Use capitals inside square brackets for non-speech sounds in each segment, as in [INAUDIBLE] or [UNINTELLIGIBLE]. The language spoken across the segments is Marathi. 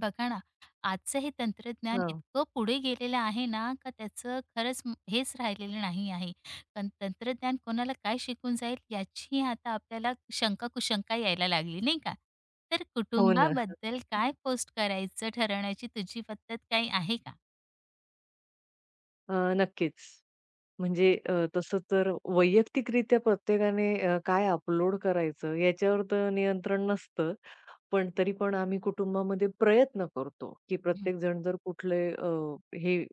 बघा ना, आजचं हे तंत्रज्ञान हां, इतकं पुढे गेलेलं आहे ना, का त्याचं खरंच हेच राहिलेलं नाही आहे. पण तंत्रज्ञान कोणाला काय शिकून जाईल याची आता आपल्याला शंका-कुशंका यायला लागली, नाही का? तर हो ना. कुटुंबाबद्दल काय पोस्ट करायचं ठरवण्याची तुझी पद्धत काही आहे का? अ, नक्कीच. म्हणजे तसं तर वैयक्तिकरित्या प्रत्येकाने काय अपलोड करायचं याच्यावर तर नियंत्रण नसतं. पण तरी पण आम्ही कुटुंबामध्ये प्रयत्न करतो, की हं. प्रत्येक जण जर कुठले हे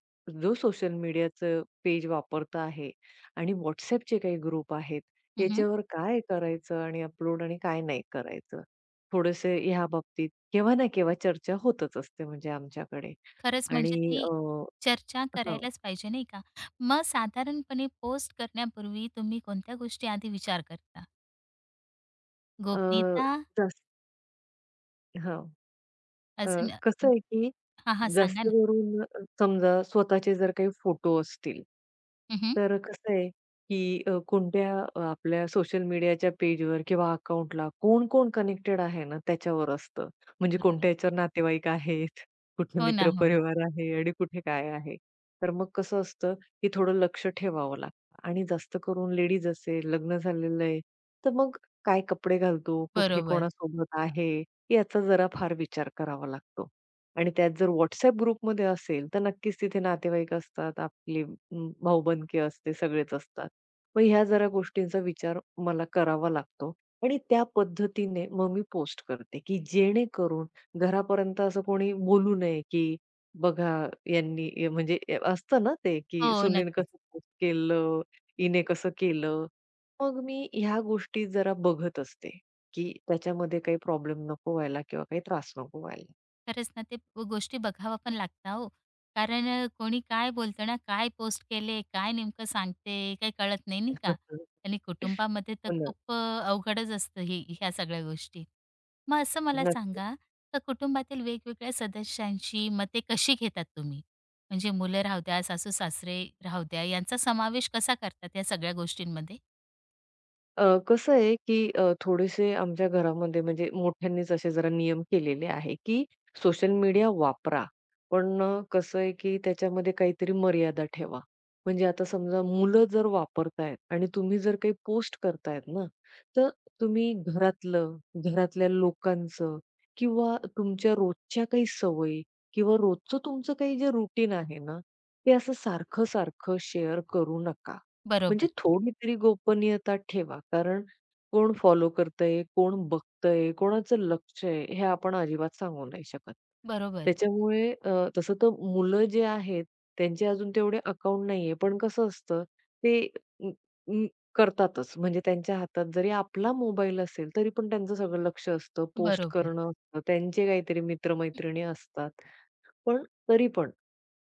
जो सोशल मीडियाचं पेज वापरत आहे आणि WhatsAppचे काही ग्रुप आहेत, हं, याच्यावर काय करायचं आणि अपलोड आणि काय नाही करायचं. थोडेसे ह्या बाबतीत केव्हा ना केव्हा चर्चा होतच असते म्हणजे आमच्याकडे खरंच म्हणजे आणि ती चर्चा हां. करायलाच पाहिजे, नाही का? मग साधारणपणे पोस्ट करण्यापूर्वी तुम्ही कोणत्या गोष्टी आधी विचार करता? अ, गोपनीयता? जास्त हां. अ, अजून अ, कसं आहे, की हां, जास्त सांगा ना. करून समजा स्वतःचे जर काही फोटो असतील, हं, तर कसं आहे, की कोणत्या आपल्या सोशल मीडियाच्या पेजवर किंवा अकाउंटला कोण-कोण कनेक्टेड आहे ना, त्याच्यावर असतं. म्हणजे बरोबर. कोणत्या ह्याच्यावर नातेवाईक आहेत, कुठे हो ना, हो. मित्रपरिवार आहे आणि कुठे काय आहे. तर मग कसं असतं, की थोडं लक्ष ठेवावं लागतं. आणि जास्त करून लेडीज असेल, लग्न झालेलं आहे, तर मग काय कपडे घालतो, कुठे बरोबर. कोणासोबत आहे याचा जरा फार विचार करावा लागतो. आणि त्यात जर WhatsApp ग्रुपमध्ये असेल, तर नक्कीच तिथे नातेवाईक असतात, आपले भाऊ-बंधकी असते, सगळेच असतात. मग ह्या जरा गोष्टींचा विचार मला करावा लागतो आणि त्या पद्धतीने मग मी पोस्ट करते, की जेणेकरून घरापर्यंत असं कोणी बोलू नये, की बघा यांनी म्हणजे असतं ना ते, की हो, सुनेनं नक्कीच. कसं पोस्ट केलं, हिने कसं केलं. मग मी ह्या गोष्टी जरा बघत असते, की त्याच्यामध्ये काही प्रॉब्लेम नको व्हायला किंवा काही त्रास नको व्हायला. खरंच ना, ते गोष्टी बघावं पण लागतं हो. कारण कोणी काय बोलतं ना, काय पोस्ट केले, काय नेमकं सांगते, काही कळत नाही, नाही का? [LAUGHS] आणि कुटुंबामध्ये तर हो ना. खूप अवघडच असतं हे ह्या सगळ्या गोष्टी. मग असं मला नक्की. सांगा, तर कुटुंबातील वेगवेगळ्या सदस्यांची मते कशी घेतात तुम्ही? म्हणजे मुलं राहू द्या, सासू-सासरे राहू द्या, यांचा समावेश कसा करतात या सगळ्या गोष्टींमध्ये? कसं आहे, की थोडेसे आमच्या घरामध्ये म्हणजे मोठ्यांनीच असे जरा नियम केलेले आहे, की सोशल मीडिया वापरा. पण कसं आहे, की त्याच्यामध्ये काहीतरी मर्यादा ठेवा. म्हणजे आता समजा मुलं जर वापरतायत आणि तुम्ही जर काही पोस्ट करतायत ना, तर तुम्ही घरातलं, घरातल्या लोकांचं किंवा तुमच्या रोजच्या काही सवयी किंवा रोजचं तुमचं काही जे रुटीन आहे ना, ते असं सारखं-सारखं शेअर करू नका. म्हणजे बरोबर, थोडी तरी गोपनीयता ठेवा. कारण कोण फॉलो करतंय, कोण बघतंय, कोणाचं लक्ष आहे, हे आपण अजिबात सांगू नाही शकत. बरोबर, त्याच्यामुळे तसं तर मुलं जे आहेत, त्यांचे अजून तेवढे अकाउंट नाहीये. पण कसं असतं ते अ, अ, करतातच. म्हणजे त्यांच्या हातात जरी आपला मोबाईल असेल, तरी पण त्यांचं सगळं लक्ष असतं. पोस्ट बरोबर. करणं असतं. त्यांचे काहीतरी मित्र असतात. पण तरी पण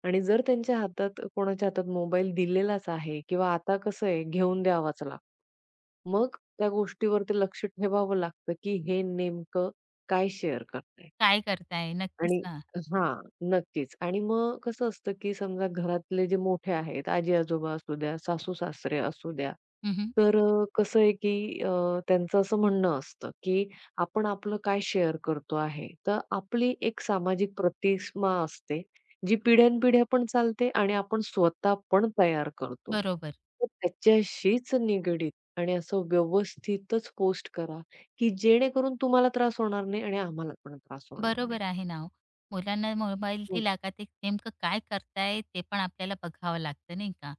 आणि जर त्यांच्या हातात कोणाच्या हातात मोबाईल दिलेलाच आहे किंवा आता कसं आहे घेऊन द्यावाच लागतो. मग त्या गोष्टीवरती लक्ष ठेवावं लागतं, की हे नेमकं काय शेअर करताय. काय करताय? नक्कीच आणि ना. हां, नक्कीच. आणि मग कसं असतं, की समजा घरातले जे मोठे आहेत, आजी-आजोबा असू द्या, सासू-सासरे असू द्या, हं, तर कसं आहे, की त्यांचं असं म्हणणं असतं, की आपण आपलं काय शेअर करतो आहे. तर आपली एक सामाजिक प्रतिमा असते, जी पिढ्यानपिढ्या पण चालते आणि आपण स्वतः पण तयार करतो. बरोबर. तर त्याच्याशीच निगडीत आणि असं व्यवस्थितच पोस्ट करा, की जेणेकरून तुम्हाला त्रास होणार नाही आणि आम्हाला पण त्रास होणार नाही. बरोबर आहे ना हो. मुलांना मोबाईल दिला का ते नेमकं काय करताय ते पण आपल्याला बघावं लागतं नाही का?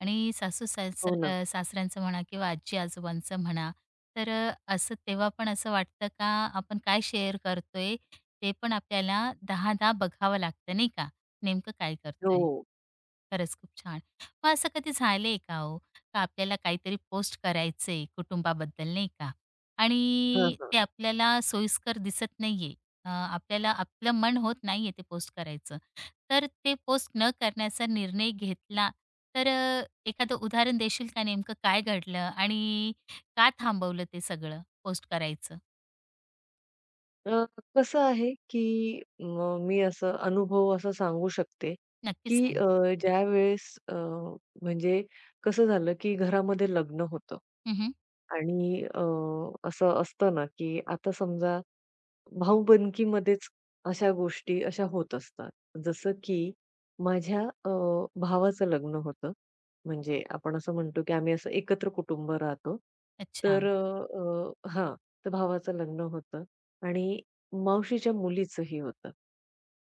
आणि सासू हो ना. सासऱ्यांचं म्हणा किंवा आजी-आजोबांचं म्हणा, तर असं तेव्हा पण असं वाटतं का आपण काय शेअर करतोय ते पण आपल्याला 10-10 बघावं लागतं नाही का? नेमकं काय करतोय? हो. खरंच खूप छान. मग असं कधी झालंय का हो, का आपल्याला काहीतरी पोस्ट करायचंय कुटुंबाबद्दल नाही का? हां, आणि हां. ते आपल्याला सोयीस्कर दिसत नाहीये. आपल्याला आपलं मन होत नाहीये ते पोस्ट करायचं. तर ते पोस्ट न करण्याचा निर्णय घेतला, तर एखादं उदाहरण देशील का नेमकं काय घडलं आणि का थांबवलं ते सगळं पोस्ट करायचं? अ, कसं आहे, की मग मी असं अनुभव असा सांगू शकते, नक्कीच की सांग. ज्यावेळेस म्हणजे कसं झालं, की घरामध्ये लग्न होतं हं, आणि असं असतं ना, की आता समजा भाऊबंदकीमध्येच अशा गोष्टी अशा होत असतात. जसं की माझ्या भावाचं लग्न होतं. म्हणजे आपण असं म्हणतो की आम्ही असं एकत्र कुटुंब राहतो. अच्छा. तर अ, अ, हां, तर भावाचं लग्न होतं आणि मावशीच्या मुलीचंही होतं.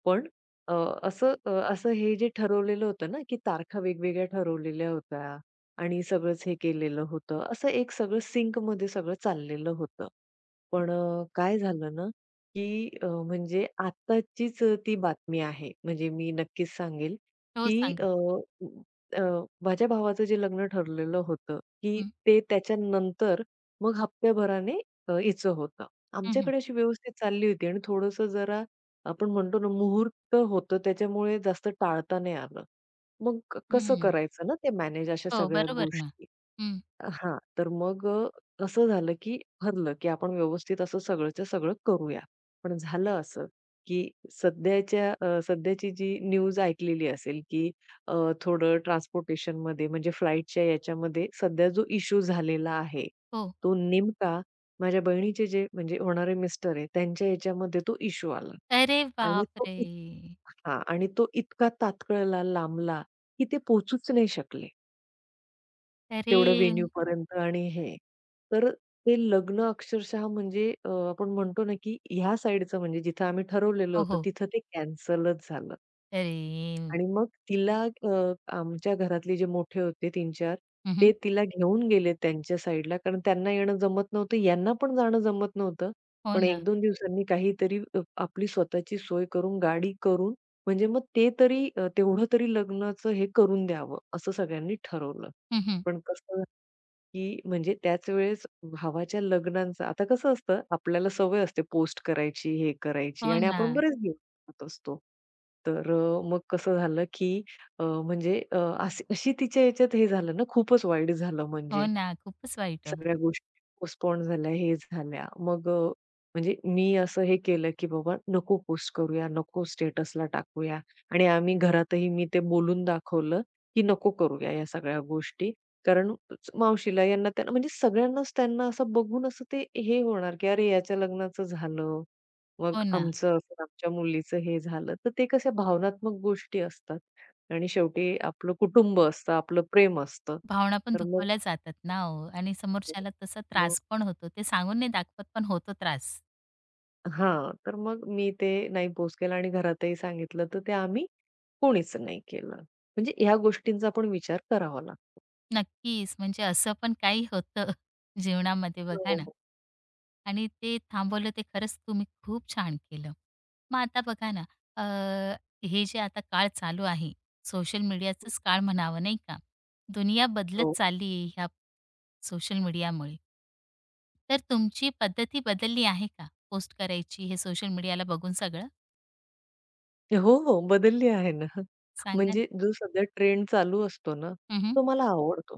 पण अ, असं हे जे ठरवलेलं होतं ना, की तारखा वेगवेगळ्या ठरवलेल्या होत्या आणि सगळंच हे केलेलं होतं. असं एक सगळं सिंकमध्ये सगळं चाललेलं होतं. पण काय झालं ना की म्हणजे आत्ताचीच ती बातमी आहे. म्हणजे मी नक्कीच सांगेल, हो, की सांगा. अ, अ, माझ्या भावाचं जे लग्न ठरलेलं होतं, की हं, ते त्याच्यानंतर मग हप्त्याभराने हिचं होतं. हं, हं. आमच्याकडे अशी व्यवस्थित चालली होती आणि थोडंसं जरा आपण म्हणतो ना, मुहूर्त होतं त्याच्यामुळे जास्त टाळता नाही आलं. मग कसं करायचं ना ते मॅनेज अशा हो, सगळ्या बरोबर ना. गोष्टी? हं. हां, तर मग असं झालं, की ठरलं, की आपण व्यवस्थित असं सगळंच्या सगळं करूया. पण झालं असं, की सध्याची जी न्यूज ऐकलेली असेल, की अ, थोडं ट्रान्सपोर्टेशनमध्ये म्हणजे फ्लाइटच्या याच्यामध्ये सध्या जो इश्यू झालेला आहे, हो. तो नेमका माझ्या बहिणीचे जे म्हणजे होणारे मिस्टर आहे, त्यांच्या याच्यामध्ये तो इश्यू आला. अरे आणि तो बापरे! इत हां. आणि तो इतका तात्कळला, लांबला, की ते पोहोचूच नाही शकले. अरे! तेवढं व्हेन्यूपर्यंत आणि हे. तर ते लग्न अक्षरशः म्हणजे आपण म्हणतो ना, की ह्या साइडचं म्हणजे जिथं आम्ही ठरवलेलं हो, होतं, हो. तिथं ते कॅन्सलच झालं. अरे! आणि मग तिला आमच्या घरातले जे मोठे होते 3-4 ते हं, तिला घेऊन गेले त्यांच्या साइडला, कारण त्यांना येणं जमत नव्हतं, यांना पण जाणं जमत नव्हतं. हो पण ना. 1-2 दिवसांनी काहीतरी आपली स्वतःची सोय करून, गाडी करून म्हणजे मग ते तरी तेवढं तरी लग्नाचं हे करून द्यावं, असं सगळ्यांनी ठरवलं. हं, पण कसं की म्हणजे त्याच वेळेस भावाच्या लग्नांचं आता कसं असतं, आपल्याला सवय असते पोस्ट करायची, हे करायची हो आणि ना. आपण बरेच दिवस करत असतो. तर मग कसं झालं, की म्हणजे अशी अशी तिच्या याच्यात हे झालं ना, खूपच वाईट झालं हो म्हणजे. ना. खूपच वाईट हो. सगळ्या गोष्टी पोस्टपोन झाल्या, हे झाल्या. मग म्हणजे मी असं हे केलं, की बाबा नको पोस्ट करूया, नको स्टेटसला टाकूया आणि आम्ही घरातही मी ते बोलून दाखवलं, की नको करूया या सगळ्या गोष्टी. कारण मावशीला, यांना, त्यांना म्हणजे सगळ्यांनाच त्यांना असं बघून असं ते हे होणार, की अरे याच्या लग्नाचं झालं, मग हो ना. आमचं असं, आमच्या मुलीचं हे झालं. तर ते कशा भावनात्मक गोष्टी असतात आणि शेवटी आपलं कुटुंब असतं, आपलं प्रेम असतं. भावना पण तर मग दुखावल्या जातात ना हो, आणि समोरच्याला तसा मग त्रास पण होतो. ते सांगून नाही दाखवत पण होतो त्रास. हां, तर मग मी ते नाही पोस्ट केलं आणि घरातही सांगितलं, तर ते आम्ही कोणीच नाही केलं. म्हणजे ह्या गोष्टींचा पण विचार करावा हो, लागतो. नक्कीच, म्हणजे असं पण काही होतं [LAUGHS] जीवनामध्ये बघा ना हो. आणि ते थांबवलं ते खरंच तुम्ही खूप छान केलं. मग आता बघा ना अ, हे जे आता काळ चालू आहे, सोशल मीडियाचाच काळ म्हणावं नाही का? दुनिया बदलत हो. चालली आहे ह्या सोशल मीडियामुळे. तर तुमची पद्धती बदलली आहे का पोस्ट करायची हे सोशल मीडियाला बघून सगळं? हो, हो. बदलली आहे ना. सांगा ना. म्हणजे जो सध्या ट्रेंड चालू असतो ना, हं, तो मला आवडतो.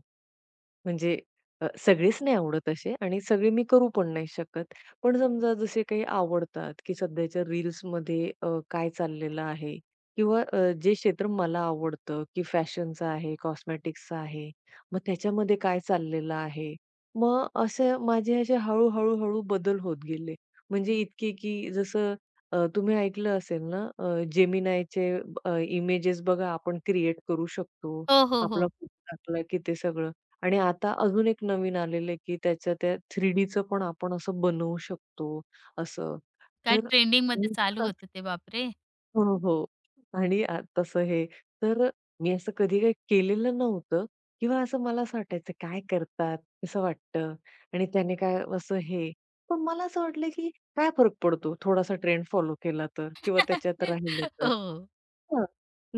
म्हणजे सगळेच नाही आवडत असे आणि सगळे मी करू पण नाही शकत. पण समजा जसे काही आवडतात, की सध्याच्या रील्समध्ये काय चाललेलं आहे किंवा जे क्षेत्र मला आवडतं, की फॅशनचं आहे, कॉस्मेटिक्सचं आहे, मग त्याच्यामध्ये काय चाललेलं आहे. मग असे माझे असे हळू बदल होत गेले. म्हणजे इतके की जसं तुम्ही ऐकलं असेल ना इमेजेस बघा आपण क्रिएट करू शकतो. हो, हो, आपला हो. फोटो टाकला की ते सगळं आणि आता अजून एक नवीन आलेलं आहे, की त्याच्या त्या 3Dचं पण आपण असं बनवू शकतो, असं. काय तर मी ट्रेंडिंगमध्ये पण चालू होतं असं ते, बापरे! हो, हो. आणि आ तसं हे तर मी असं कधी काही केलेलं नव्हतं किंवा असं मला असं वाटायचं, "काय करतात? कसं वाटतं?" आणि त्याने काय असं हे. पण मला असं वाटलं, की काय फरक पडतो थोडासा ट्रेंड फॉलो केला तर किंवा त्याच्यात राहिलं [LAUGHS] हो. हां.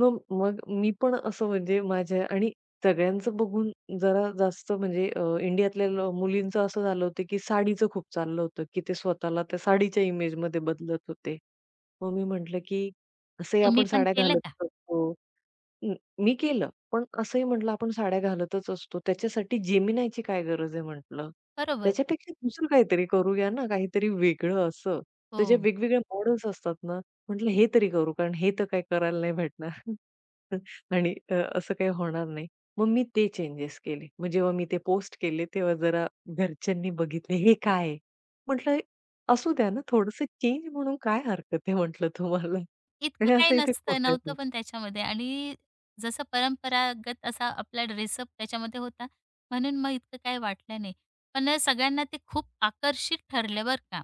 मग मग मी पण असं म्हणजे माझ्या आणि सगळ्यांचं बघून जरा जास्त म्हणजे इंडियातल्या मुलींचं असं झालं होतं, की साडीचं खूप चाललं होतं, की ते स्वतःला त्या साडीच्या इमेजमध्ये बदलत होते. मग मी म्हटलं, की असंही तुम्ही आपण पण साड्या केलं घालत का? असतो. हं, मी केलं. पण असंही म्हटलं आपण साड्या घालतच असतो. त्याच्यासाठी जेमिनायची काय गरज आहे म्हटलं. बरोबर. त्याच्यापेक्षा दुसरं काहीतरी करूया ना, काहीतरी वेगळं असं. तर जे हो. वेगवेगळे मॉडेल्स असतात ना, म्हटलं हे तरी करू कारण हे तर काही करायला नाही भेटणार. [LAUGHS] आणि असं काही होणार नाही. मग मी ते चेंजेस केले. मग जेव्हा मी ते पोस्ट केले तेव्हा जरा घरच्यांनी बघितले, "हे काय आहे?" म्हटलं, "असू द्या ना, थोडंसं चेंज म्हणून काय हरकत आहे म्हटलं तुम्हाला." इतकं आणि काही असंही ते नसतं खोटं आहे नव्हतं म्हटलं. पण त्याच्यामध्ये आणि जसं परंपरागत असा आपला ड्रेसअप त्याच्यामध्ये होता, म्हणून मग इतकं काही वाटलं नाही. पण सगळ्यांना ते खूप आकर्षित ठरलं बरं का.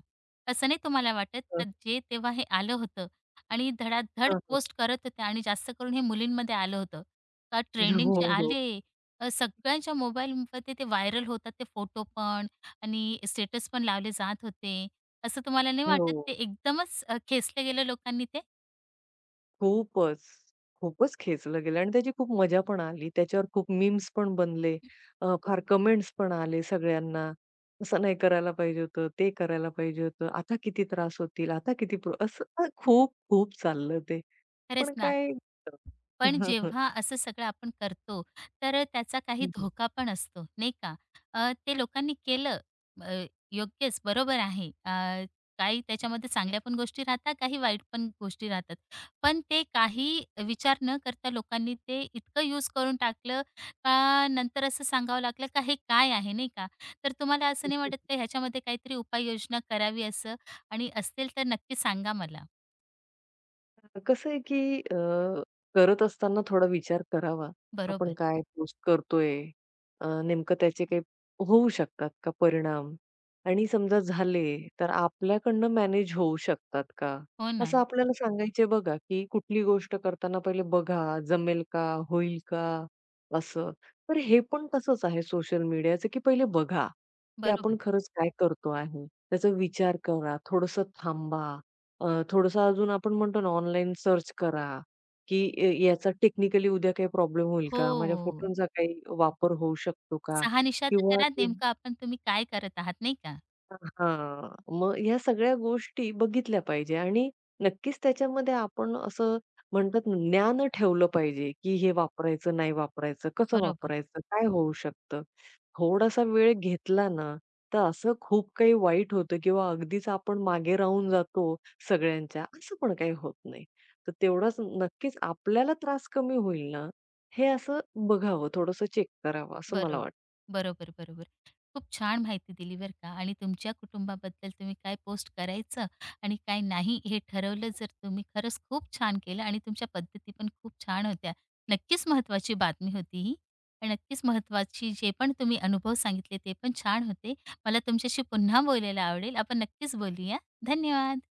असं नाही तुम्हाला वाटत का जे तेव्हा हे आलं होतं आणि धडाधड पोस्ट करत होते आणि जास्त करून हे मुलींमध्ये आलं होतं. का ट्रेंडिंग हो, जे हो. आले सगळ्यांच्या मोबाईलमध्ये ते व्हायरल होतात ते फोटो पण आणि स्टेटस पण लावले जात होते. असं तुम्हाला नाही वाटत हो. ते एकदमच खेचलं गेलं लोकांनी ते? खूपच, खूपच खेचलं गेलं आणि त्याची खूप मजा पण आली. त्याच्यावर खूप मीम्स पण बनले. फार कमेंट्स पण आले सगळ्यांना. असं नाही करायला पाहिजे होतं, ते करायला पाहिजे होतं. आता किती त्रास होतील, आता किती प्रो असं खूप खूप चाललं ते. खरंच पण ना. काय [UNINTELLIGIBLE] पण जेव्हा असं सगळं आपण करतो, तर त्याचा काही हं, धोका पण असतो, नाही का? ते लोकांनी केलं अ, योग्यच, बरोबर आहे. काही त्याच्यामध्ये चांगल्या पण गोष्टी राहतात, काही वाईट पण गोष्टी राहतात. पण ते काही विचार न करता लोकांनी ते इतकं यूज करून टाकलं का नंतर असं सांगावं लागलं का हे काय आहे, नाही का? तर तुम्हाला असं नाही हं. वाटत का ह्याच्यामध्ये काहीतरी उपाययोजना करावी असं? आणि असतील तर नक्की सांगा मला. कसं आहे, की करत असताना थोडा विचार करावा. आपण बरोबर. काय पोस्ट करतोय? नेमकं त्याचे काही होऊ शकतात का परिणाम? आणि समजा झाले, तर आपल्याकडनं मॅनेज होऊ शकतात का? हो ना. असं आपल्याला सांगायचे बघा, की कुठली गोष्ट करताना पहिले बघा, जमेल का? होईल का? असं. तर हे पण तसंच आहे सोशल मीडियाचं, की पहिले बघा, की आपण बरोबर. खरंच काय करतो आहे? त्याचा विचार करा, थोडंसं थांबा. थोडंसं अजून आपण म्हणतो ना, ऑनलाईन सर्च करा, की याचा टेक्निकली उद्या काही प्रॉब्लेम होईल का? माझ्या हो. फोटोंचा काही वापर होऊ शकतो का? शहानिशा तर किंवा करा ते नेमकं आपण तुम्ही काय करत आहात, नाही का? हां, मग ह्या सगळ्या गोष्टी बघितल्या पाहिजे आणि नक्कीच त्याच्यामध्ये आपण असं म्हणतात ना, ज्ञान ठेवलं पाहिजे, की हे वापरायचं, नाही वापरायचं, कसं बरोबर, वापरायचं, काय होऊ शकतं. थोडासा वेळ घेतला ना, तर असं खूप काही वाईट होतं किंवा अगदीच आपण मागे राहून जातो सगळ्यांच्या, असं पण काही होत नाही. तर तेवढाच नक्कीच आपल्याला त्रास कमी होईल ना, हे असं बघावं, थोडंसं चेक करावं असं मला बरोबर. वाटतं. बरोबर, बरोबर. खूप छान माहिती दिली बरं का आणि तुमच्या कुटुंबाबद्दल तुम्ही काय पोस्ट करायचं आणि काय नाही हे ठरवलं जर तुम्ही खरंच खूप छान केलं आणि तुमच्या पद्धती पण खूप छान होत्या. नक्कीच महत्त्वाची बातमी होती ही. आणि नक्कीच महत्त्वाची जे पण तुम्ही अनुभव सांगितले ते पण छान होते. मला तुमच्याशी पुन्हा बोलायला आवडेल. आपण नक्कीच बोलूया. धन्यवाद.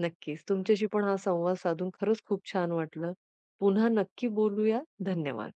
नक्कीच. तुमच्याशी पण हा संवाद साधून खरंच खूप छान वाटलं. पुन्हा नक्की बोलूया. धन्यवाद.